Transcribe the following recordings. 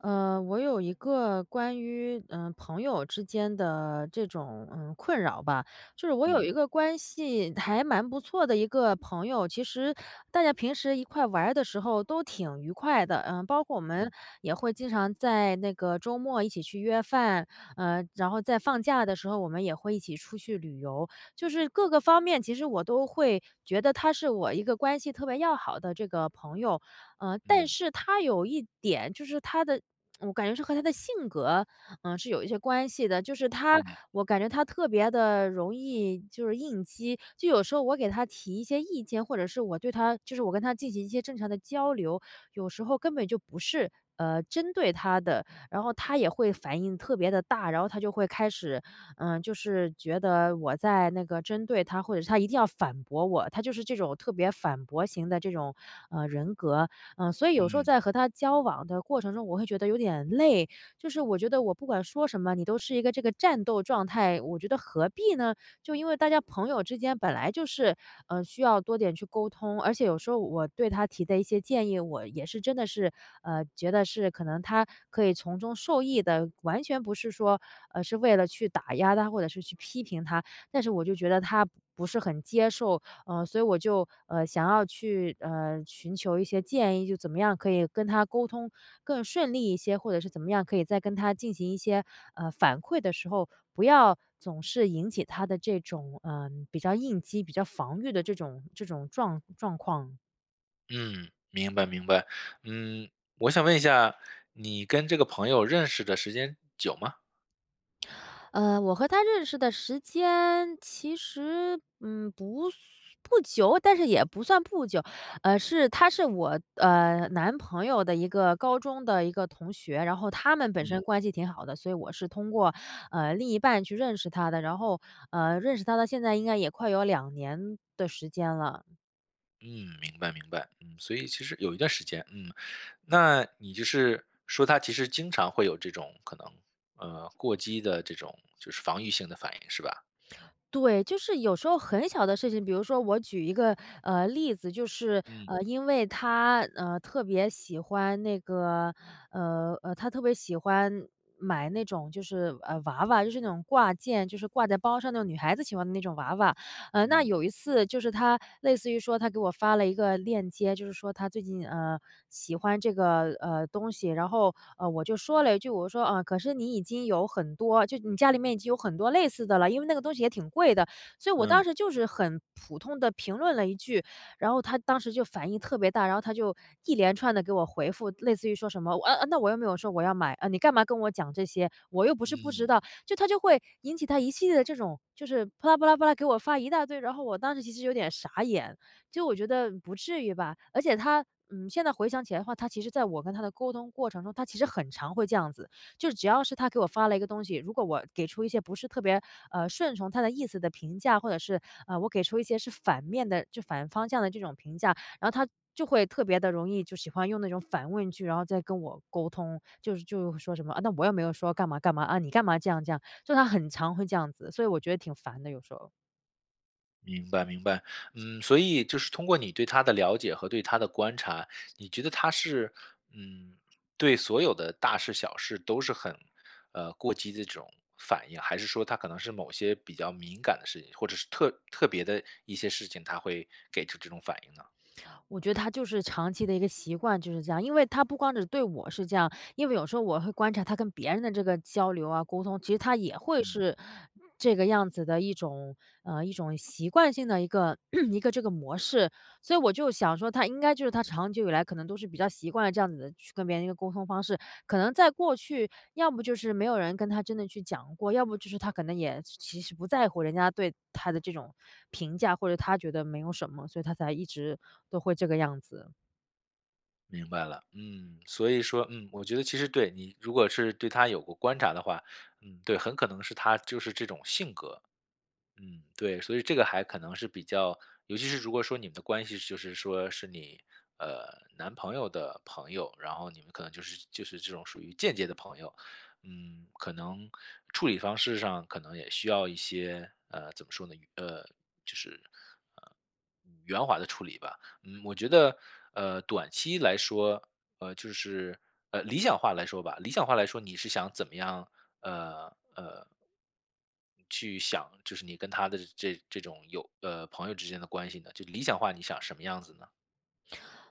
我有一个关于朋友之间的这种困扰吧，就是我有嗯一个关系还蛮不错的一个朋友，其实大家平时一块玩儿的时候都挺愉快的，嗯，包括我们嗯也会经常在那个周末一起去约饭，然后在放假的时候我们也会一起出去旅游，就是各个方面，其实我都会觉得他是我一个关系特别要好的这个朋友，但嗯是他有一点就是我感觉是和他的性格，嗯，是有一些关系的。就是嗯我感觉他特别的容易就是应激，就有时候我给他提一些意见，或者是我对他就是我跟他进行一些正常的交流，有时候根本就不是，针对他的，然后他也会反应特别的大，然后他就会开始，嗯，就是觉得我在那个针对他，或者是他一定要反驳我，他就是这种特别反驳型的这种，人格。嗯，所以有时候嗯在和他交往的过程中，我会觉得有点累，就是我觉得我不管说什么，你都是一个这个战斗状态，我觉得何必呢？就因为大家朋友之间本来就是，需要多点去沟通，而且有时候我对他提的一些建议，我也是真的是，觉得是可能他可以从中受益的，完全不是说，是为了去打压他或者是去批评他，但是我就觉得他不是很接受，所以我就，想要去，寻求一些建议，就怎么样可以跟他沟通更顺利一些，或者是怎么样可以在跟他进行一些，反馈的时候，不要总是引起他的这种比较应激、比较防御的这种状况。嗯，明白明白。嗯，我想问一下，你跟这个朋友认识的时间久吗？我和他认识的时间其实，嗯，不是不久，但是也不算不久。是他是我，男朋友的一个高中的一个同学，然后他们本身关系挺好的，所以我是通过，另一半去认识他的，然后，认识他到现在应该也快有两年的时间了。嗯，明白明白。嗯，所以其实有一段时间，嗯，那你就是说他其实经常会有这种可能，过激的这种就是防御性的反应是吧？对，就是有时候很小的事情，比如说我举一个例子，就是嗯因为他特别喜欢那个他特别喜欢买那种就是娃娃，就是那种挂件，就是挂在包上那种女孩子喜欢的那种娃娃。那嗯有一次就是他类似于说他给我发了一个链接，就是说他最近，喜欢这个，东西，然后，我就说了一句，我说：“啊，可是你已经有很多你家里面已经有很多类似的了，因为那个东西也挺贵的。”所以我嗯当时就是很普通的评论了一句，然后他当时就反应特别大，然后他就一连串的给我回复，类似于说什么：“啊啊，那我又没有说我要买，啊，你干嘛跟我讲这些？我又不是不知嗯。道。”就他就会引起他一系列的这种，就是啪啦啪啦啪啦给我发一大堆，然后我当时其实有点傻眼，就我觉得不至于吧。而且他，嗯，现在回想起来的话，他其实在我跟他的沟通过程中，他其实很常会这样子。就是只要是他给我发了一个东西，如果我给出一些不是特别，顺从他的意思的评价，或者是，我给出一些是反面的反方向的这种评价，然后他就会特别的容易就喜欢用那种反问句，然后再跟我沟通，就是说什么：“啊，那我又没有说干嘛干嘛，啊，你干嘛这样这样。”就他很常会这样子，所以我觉得挺烦的，有时候。明白明白，嗯，所以就是通过你对他的了解和对他的观察，你觉得他是，嗯，对所有的大事小事都是很，过激的这种反应，还是说他可能是某些比较敏感的事情，或者是特别的一些事情，他会给出这种反应呢？我觉得他就是长期的一个习惯就是这样，因为他不光只对我是这样，因为有时候我会观察他跟别人的这个交流啊、沟通，其实他也会嗯，是这个样子的一种，一种习惯性的一个 一个这个模式。所以我就想说，他应该就是他长久以来可能都是比较习惯了这样子的去跟别人一个沟通方式，可能在过去，要不就是没有人跟他真的去讲过，要不就是他可能也其实不在乎人家对他的这种评价，或者他觉得没有什么，所以他才一直都会这个样子。明白了，嗯，所以说，嗯，我觉得其实对你如果是对他有过观察的话，嗯，对，很可能是他就是这种性格，嗯，对，所以这个还可能是比较尤其是如果说你们的关系就是说是你，呃，男朋友的朋友，然后你们可能就是这种属于间接的朋友，嗯，可能处理方式上可能也需要一些，怎么说呢，就是，呃，圆滑的处理吧。嗯，我觉得，短期来说，就是，理想化来说吧，理想化来说，你是想怎么样，呃呃，去想，就是你跟他的这种有朋友之间的关系呢？就理想化，你想什么样子呢？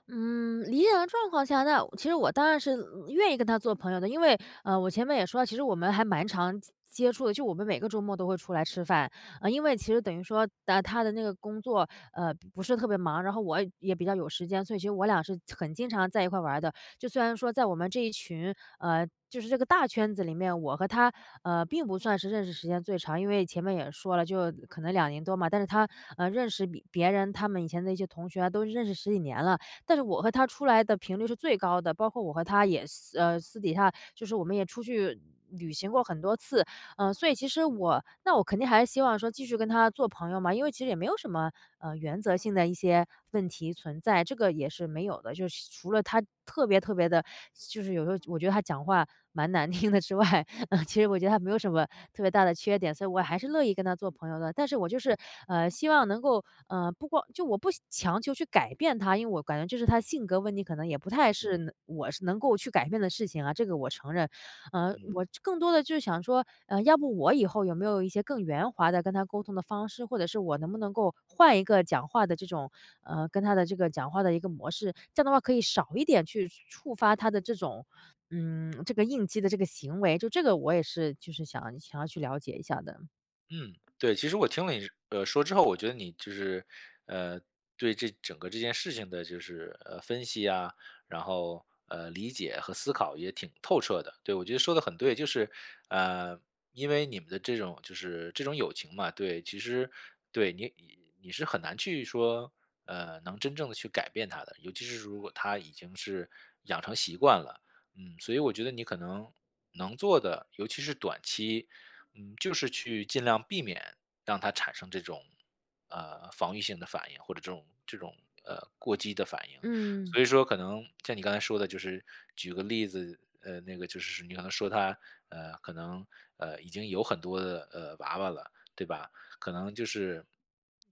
嗯，理想的状况下，那其实我当然是愿意跟他做朋友的，因为我前面也说了，其实我们还蛮常接触的，就我们每个周末都会出来吃饭，因为其实等于说，他的那个工作，不是特别忙，然后我也比较有时间，所以其实我俩是很经常在一块儿玩儿的。就虽然说在我们这一群，就是这个大圈子里面，我和他，并不算是认识时间最长，因为前面也说了，就可能两年多嘛，但是他，认识比别人他们以前的一些同学啊，都认识十几年了。但是我和他出来的频率是最高的，包括我和他也私底下就是我们也出去旅行过很多次。嗯，所以其实那我肯定还是希望说继续跟他做朋友嘛，因为其实也没有什么，原则性的一些问题存在，这个也是没有的。就是除了他特别特别的，就是有时候我觉得他讲话蛮难听的之外，嗯，其实我觉得他没有什么特别大的缺点，所以我还是乐意跟他做朋友的。但是我就是，希望能够，不光我不强求去改变他，因为我感觉就是他性格问题，可能也不太嗯是我是能够去改变的事情啊，这个我承认。嗯。我更多的就是想说，要不我以后有没有一些更圆滑的跟他沟通的方式，或者是我能不能够换一个讲话的这种，跟他的这个讲话的一个模式，这样的话可以少一点去触发他的这种这个应激的这个行为，就这个我也是就是想要去了解一下的。嗯，对，其实我听了你说之后，我觉得你就是呃对这整个这件事情的，就是分析啊，然后理解和思考也挺透彻的。对，我觉得说的很对，就是呃因为你们的这种就是这种友情嘛，对，其实对你是很难去说能真正的去改变他的，尤其是如果他已经是养成习惯了，嗯，所以我觉得你可能能做的，尤其是短期。嗯，就是去尽量避免让他产生这种，防御性的反应，或者这种,过激的反应。嗯，所以说可能像你刚才说的，就是举个例子，那个就是你可能说他，可能，已经有很多的，娃娃了，对吧？可能就是，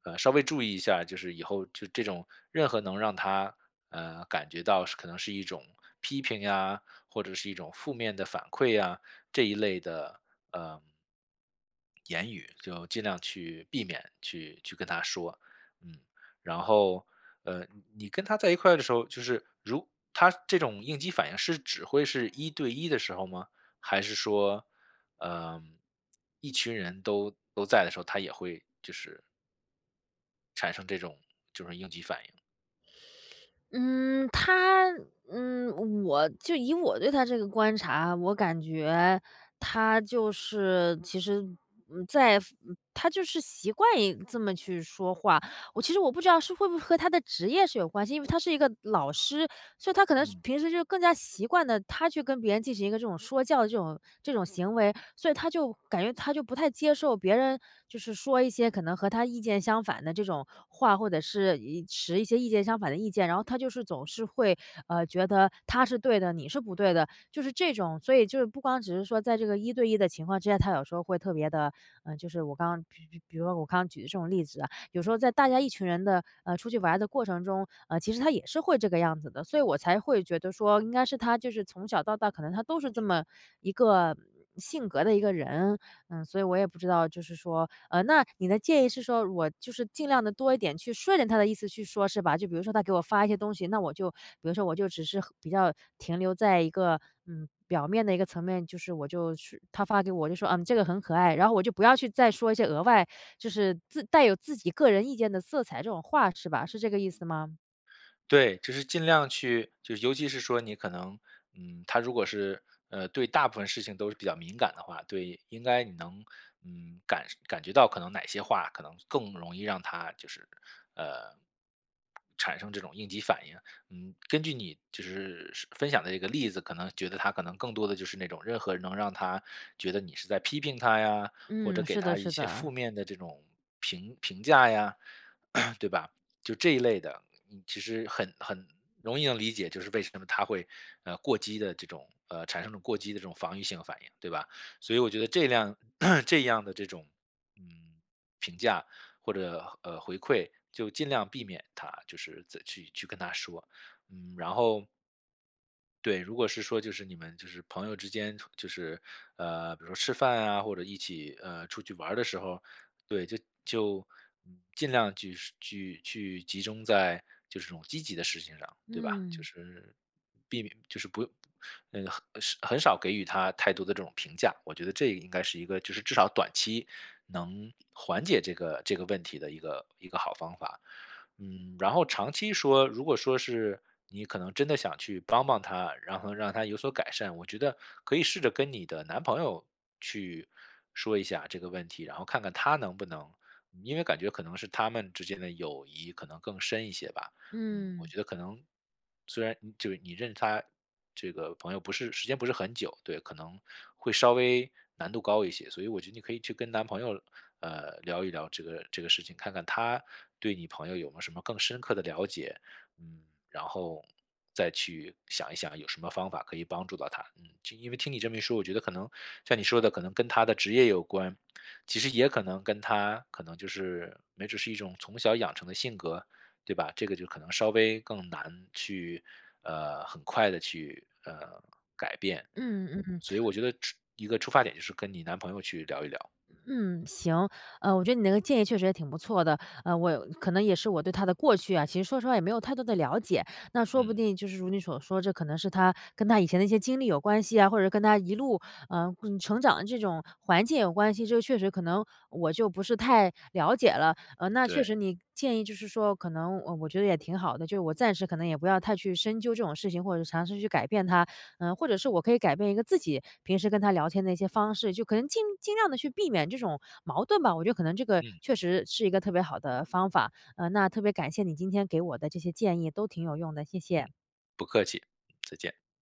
稍微注意一下，就是以后就这种任何能让他，感觉到是可能是一种批评呀，或者是一种负面的反馈呀，这一类的，呃言语，就尽量去避免去跟他说，嗯，然后，呃，你跟他在一块儿的时候，就是如他这种应激反应是只会是一对一的时候吗？还是说，嗯、一群人都在的时候，他也会就是产生这种就是应激反应？嗯，我就以我对他这个观察，我感觉他就是其实，嗯，他就是习惯于这么去说话，我我不知道是会不会和他的职业是有关系，因为他是一个老师，所以他可能是嗯平时就更加习惯的他去跟别人进行一个这种说教的这种行为，所以他就感觉他就不太接受别人就是说一些可能和他意见相反的这种话，或者是持一些意见相反的意见，然后他就是总是会，觉得他是对的，你是不对的，就是这种。所以就是不光只是说在这个一对一的情况之下，他有时候会特别的，嗯，就是我刚刚比比比如说我刚刚举的这种例子啊，有时候在大家一群人的，出去玩的过程中，其实他也是会这个样子的，所以我才会觉得说应该是他就是从小到大可能他都是这么一个性格的一个人。嗯，所以我也不知道就是说那你的建议是说我就是尽量的多一点去顺着他的意思去说是吧？就比如说他给我发一些东西，那我就比如说我就只是比较停留在一个，嗯，表面的一个层面，就是他发给我就说：“嗯，这个很可爱。”然后我就不要去再说一些额外就是自带有自己个人意见的色彩这种话是吧？是这个意思吗？对，就是尽量去就是尤其是说你可能，嗯，他如果是，对大部分事情都是比较敏感的话，对，应该你能，嗯，感觉到可能哪些话可能更容易让他就是，呃，产生这种应急反应。嗯，根据你就是分享的这个例子，可能觉得他可能更多的就是那种任何能让他觉得你是在批评他呀，或者嗯，给是的他一是些的，负面的这种评价呀，对吧？就这一类的，你其实很容易能理解，就是为什么他会过激的这种产生这种过激的这种防御性反应，对吧？所以我觉得这辆 这样的这种嗯评价或者回馈，就尽量避免他就是再去跟他说，嗯，然后对，如果是说就是你们就是朋友之间，就是比如说吃饭啊，或者一起出去玩儿的时候，对，就嗯尽量去集中在就是这种积极的事情上，对吧？就嗯，是避免就是不嗯很是很少给予他太多的这种评价，我觉得这应该是一个就是至少短期能缓解这个问题的一个好方法。嗯，然后长期说，如果说是你可能真的想去帮他，然后让他有所改善，我觉得可以试着跟你的男朋友去说一下这个问题，然后看看他能不能，嗯因为感觉可能是他们之间的友谊可能更深一些吧。嗯，我嗯，觉得可能虽然你就是你认识他这个朋友不是时间不是很久，对，可能会稍微难度高一些，所以我觉得你可以去跟男朋友聊一聊这个事情，看看他对你朋友有没有什么更深刻的了解，嗯，然后再去想一想有什么方法可以帮助到他。嗯，就因为听你这么一说，我觉得可能像你说的，可能跟他的职业有关，其实也可能跟他可能就是没准是一种从小养成的性格，对吧？这个就可能稍微更难去很快的去改变。嗯嗯嗯，嗯。所以我觉得出一个出发点就是跟你男朋友去聊一聊。嗯，行，我觉得你那个建议确实也挺不错的，我可能也是我对他的过去啊，其实说实话也没有太多的了解，那说不嗯，定就是如你所说，这可能是他跟他以前的一些经历有关系啊，或者跟他一路成长的这种环境有关系，这个确实可能我就不是太了解了，那确对，实你建议就是说，可能我觉得也挺好的，就是我暂时可能也不要太去深究这种事情，或者尝试去改变它，嗯，或者是我可以改变一个自己平时跟他聊天的一些方式，就可能尽量的去避免这种矛盾吧。我觉得可能这个嗯确实是一个特别好的方法，那特别感谢你今天给我的这些建议，都挺有用的，谢谢。嗯，不客气，再见。